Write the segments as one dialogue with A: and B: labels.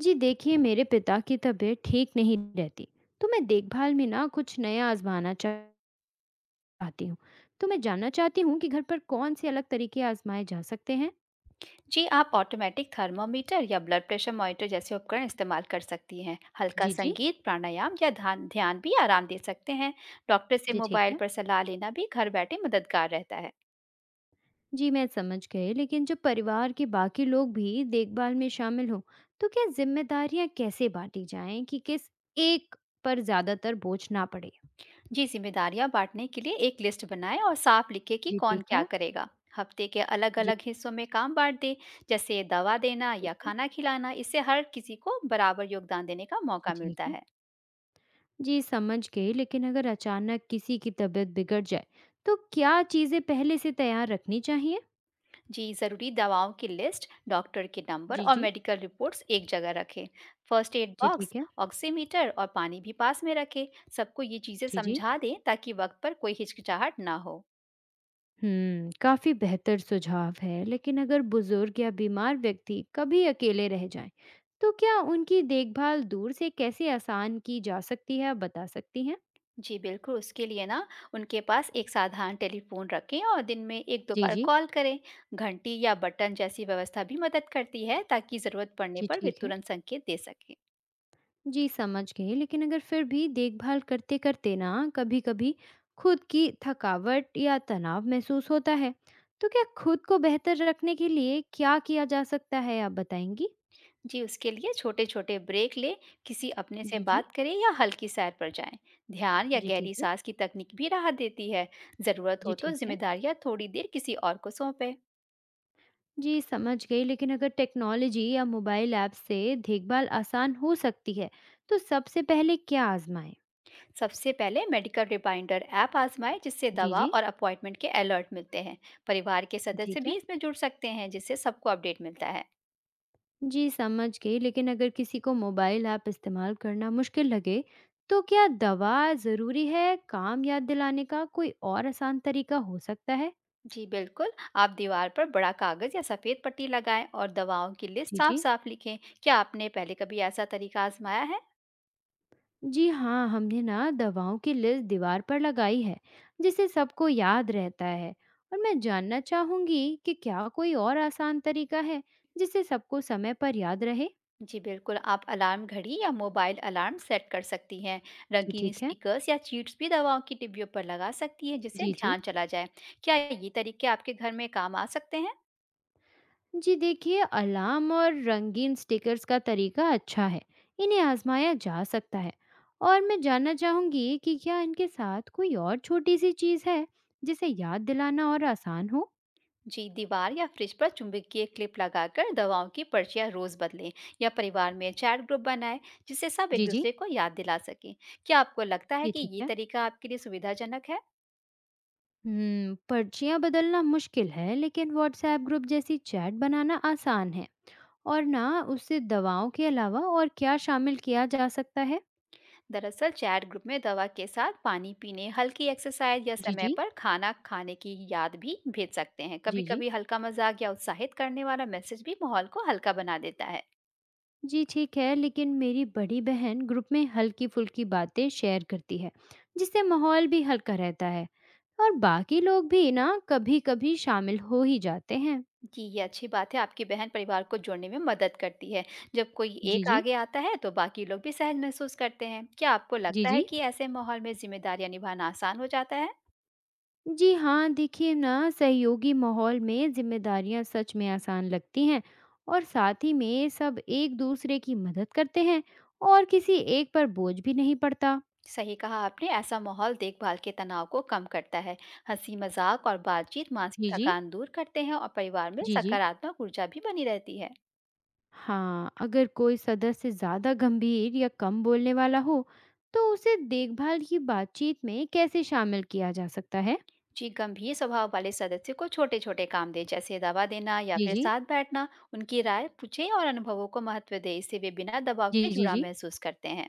A: जी देखिए, मेरे पिता की तबीयत ठीक नहीं रहती। तो मैं देखभाल में ना कुछ नया आजमाना चाहती हूँ। तो मैं जानना चाहती हूँ कि घर पर कौन से अलग तरीके आजमाए जा सकते हैं।
B: जी, आप ऑटोमेटिक थर्मामीटर या ब्लड प्रेशर मॉनिटर जैसे उपकरण इस्तेमाल कर सकती हैं। हल्का
A: जी जी।
B: संगीत, प्राणायाम या ध्यान ध्यान भी आराम दे सकते हैं। डॉक्टर से
A: जी ठीक
B: मोबाइल
A: है।
B: पर सलाह लेना भी घर बैठे मददगार रहता है।
A: जी मैं समझ गई, लेकिन जब परिवार के बाकी लोग भी देखभाल में शामिल हों, तो क्या जिम्मेदारियाँ कैसे बांटी जाएं कि किस एक पर ज्यादातर बोझ ना पड़े।
B: जी, जिम्मेदारियां बांटने के लिए एक लिस्ट बनाएं और साफ लिखें कि
A: जी
B: कौन
A: ठीक
B: क्या
A: है।
B: करेगा। हफ्ते के
A: जी
B: अलग-अलग हिस्सों में काम बांट दें, जैसे दवा देना
A: जी।
B: या
A: जी,
B: खाना खिलाना। इससे हर किसी को बराबर योगदान देने का
A: जी,
B: मौका
A: ठीक
B: मिलता
A: है।
B: है।
A: जी समझ गई, लेकिन अगर अचानक किसी की तबीयत बिगड़ जाए, तो क्या चीज़ें पहले से तैयार रखनी चाहिए।
B: जी, ज़रूरी दवाओं की लिस्ट, डॉक्टर के नंबर
A: जी
B: और
A: जी।
B: मेडिकल रिपोर्ट्स एक जगह रखें। फर्स्ट एड
A: जी
B: बॉक्स,
A: ठीक है।
B: ऑक्सीमीटर और पानी भी पास में रखें। सबको ये चीज़ें
A: जी जी।
B: समझा दें ताकि वक्त पर कोई हिचकिचाहट ना हो।
A: हम्म, काफी बेहतर सुझाव है, लेकिन अगर बुजुर्ग या बीमार व्यक्ति कभी अकेले रह जाएं, तो क्या उनकी देखभाल दूर से कैसे आसान की जा सकती है, आप बता सकती हैं।
B: जी बिल्कुल, उसके लिए ना, उनके पास एक साधारण टेलीफोन रखें और दिन में एक दो
A: जी
B: बार
A: जी।
B: कॉल करें। घंटी या बटन जैसी व्यवस्था भी मदद करती है ताकि ज़रूरत पड़ने
A: जी
B: पर वे
A: ठीक है।
B: तुरंत संकेत दे सकें।
A: जी समझ गई, लेकिन अगर फिर भी देखभाल करते करते ना कभी कभी खुद की थकावट या तनाव महसूस होता है, तो क्या खुद को बेहतर रखने के लिए क्या किया जा सकता है, आप बताएंगी।
B: जी, उसके लिए छोटे छोटे ब्रेक लें। किसी अपने से
A: जी जी।
B: बात करें या हल्की सैर पर जाएं। ध्यान या
A: जी ठीक
B: गहरी
A: है।
B: सांस की तकनीक भी राहत देती है। ज़रूरत
A: जी
B: हो तो
A: ठीक है।
B: जिम्मेदारियां थोड़ी देर किसी और को सौंपें।
A: जी समझ गई, लेकिन अगर टेक्नोलॉजी या मोबाइल ऐप से देखभाल आसान हो सकती है, तो सबसे पहले क्या आजमाएं।
B: सबसे पहले मेडिकल रिमाइंडर ऐप आजमाएं, जिससे
A: जी
B: दवा
A: जी।
B: और अपॉइंटमेंट के अलर्ट मिलते हैं। परिवार के
A: जी
B: सदस्य
A: ठीक है।
B: भी इसमें जुड़ सकते हैं, जिससे सबको अपडेट मिलता है।
A: जी, समझ गई। लेकिन अगर किसी को मोबाइल ऐप इस्तेमाल करना मुश्किल लगे, तो क्या दवा ज़रूरी है? काम याद दिलाने का कोई और आसान तरीका हो सकता है?
B: जी बिल्कुल, आप दीवार पर बड़ा कागज या सफेद पट्टी लगाएं और दवाओं की लिस्ट
A: जी,
B: साफ
A: जी।
B: साफ लिखें। क्या आपने पहले कभी ऐसा तरीका आजमाया है?
A: जी हाँ, हमने ना दवाओं की लिस्ट दीवार पर लगाई है, जिससे सबको याद रहता है। और मैं जानना चाहूँगी कि क्या कोई और आसान तरीका है, जिससे सबको समय पर याद रहे?
B: जी बिल्कुल, आप अलार्म घड़ी या मोबाइल अलार्म सेट कर सकती हैं।
A: जी,
B: रंगीन
A: ठीक है।
B: स्टिकर्स या चीट्स भी दवाओं की डिब्बियों पर लगा सकती हैं, जिससे
A: जी, जी।
B: ध्यान चला जाए। क्या ये तरीके आपके घर में काम आ सकते हैं?
A: जी देखिए, अलार्म और रंगीन स्टिकर्स का तरीका अच्छा है। इन्हें आजमाया जा सकता है। और मैं जानना चाहूंगी कि क्या इनके साथ कोई और छोटी सी चीज़ है, जिसे याद दिलाना और आसान हो।
B: जी, दीवार या फ्रिज पर चुंबकीय क्लिप लगाकर दवाओं की पर्चियाँ रोज़ बदलें, या परिवार में चैट ग्रुप बनाएं, जिससे सब एक
A: जी जी।
B: दूसरे को याद दिला सकें। क्या आपको लगता है
A: जी
B: कि
A: ठीक
B: ये
A: है।
B: तरीका आपके लिए सुविधाजनक है?
A: हम्म, पर्चियाँ बदलना मुश्किल है, लेकिन व्हाट्सएप ग्रुप जैसी चैट बनाना आसान है। और ना उससे दवाओं के अलावा और क्या शामिल किया जा सकता है।
B: दरअसल चैट ग्रुप में दवा के साथ पानी पीने, हल्की एक्सरसाइज या
A: जी
B: समय
A: जी।
B: पर खाना खाने की याद भी भेज सकते हैं। कभी
A: जी जी।
B: कभी हल्का मजाक या उत्साहित करने वाला मैसेज भी माहौल को हल्का बना देता है।
A: जी ठीक है, लेकिन मेरी बड़ी बहन ग्रुप में हल्की फुल्की बातें शेयर करती है, जिससे माहौल भी हल्का रहता है। और बाकी लोग भी ना कभी कभी शामिल हो ही जाते हैं।
B: जी, ये अच्छी बात है। आपकी बहन परिवार को जोड़ने में मदद करती है। जब कोई
A: जी
B: एक
A: जी।
B: आगे आता है तो बाकी लोग भी सहज महसूस करते हैं। क्या आपको
A: जी
B: लगता है
A: जी।
B: कि ऐसे माहौल में जिम्मेदारियां निभाना आसान हो जाता है?
A: जी हाँ देखिए, ना सहयोगी माहौल में जिम्मेदारियाँ सच में आसान लगती हैं। और साथ ही में सब एक दूसरे की मदद करते हैं। और किसी एक पर बोझ भी नहीं पड़ता।
B: सही कहा आपने। ऐसा माहौल देखभाल के तनाव को कम करता है। हँसी मज़ाक और बातचीत मानसिक
A: जी जी।
B: थकान दूर करते हैं और परिवार में
A: जी जी।
B: सकारात्मक ऊर्जा भी बनी रहती है।
A: हाँ, अगर कोई सदस्य ज़्यादा गंभीर या कम बोलने वाला हो, तो उसे देखभाल की बातचीत में कैसे शामिल किया जा सकता है।
B: जी, गंभीर स्वभाव वाले सदस्य को छोटे-छोटे काम दें, जैसे दवा देना या
A: जी
B: फिर
A: जी।
B: साथ बैठना। उनकी राय पूछें और अनुभवों को महत्व दें, इससे वे बिना दबाव
A: जी
B: के
A: जी
B: जुड़ाव
A: जी।
B: महसूस करते हैं।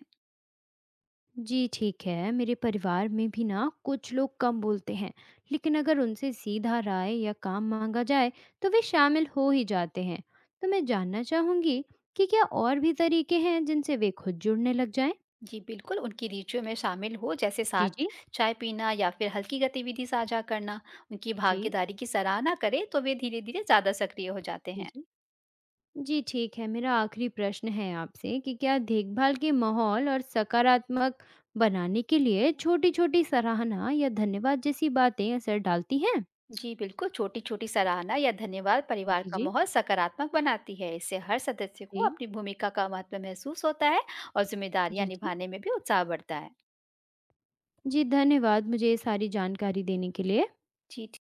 A: जी ठीक है, मेरे परिवार में भी ना कुछ लोग कम बोलते हैं। लेकिन अगर उनसे सीधा राय या काम मांगा जाए, तो वे शामिल हो ही जाते हैं। तो मैं जानना चाहूँगी कि क्या और भी तरीके हैं, जिनसे वे खुद जुड़ने लग जाएं।
B: जी, बिल्कुल उनकी रुचियों में शामिल हो, जैसे
A: जी।
B: साथ
A: जी
B: चाय पीना या फिर हल्की गतिविधि साझा करना। उनकी
A: जी।
B: भागीदारी की सराहना करें, तो वे धीरे-धीरे ज़्यादा सक्रिय हो जाते
A: जी,
B: हैं।
A: जी जी, ठीक है। मेरा आखिरी प्रश्न है आपसे कि क्या देखभाल के माहौल और सकारात्मक बनाने के लिए छोटी-छोटी सराहना या धन्यवाद जैसी बातें असर डालती हैं?
B: जी बिल्कुल, छोटी-छोटी सराहना या धन्यवाद परिवार
A: जी,
B: का
A: जी।
B: माहौल सकारात्मक बनाती है। इससे हर सदस्य को
A: जी।
B: अपनी भूमिका का महत्व महसूस होता है और ज़िम्मेदारियाँ
A: जी, जी।
B: निभाने में भी उत्साह बढ़ता है।
A: जी, धन्यवाद मुझे ये सारी जानकारी देने के लिए।
B: जी, ठीक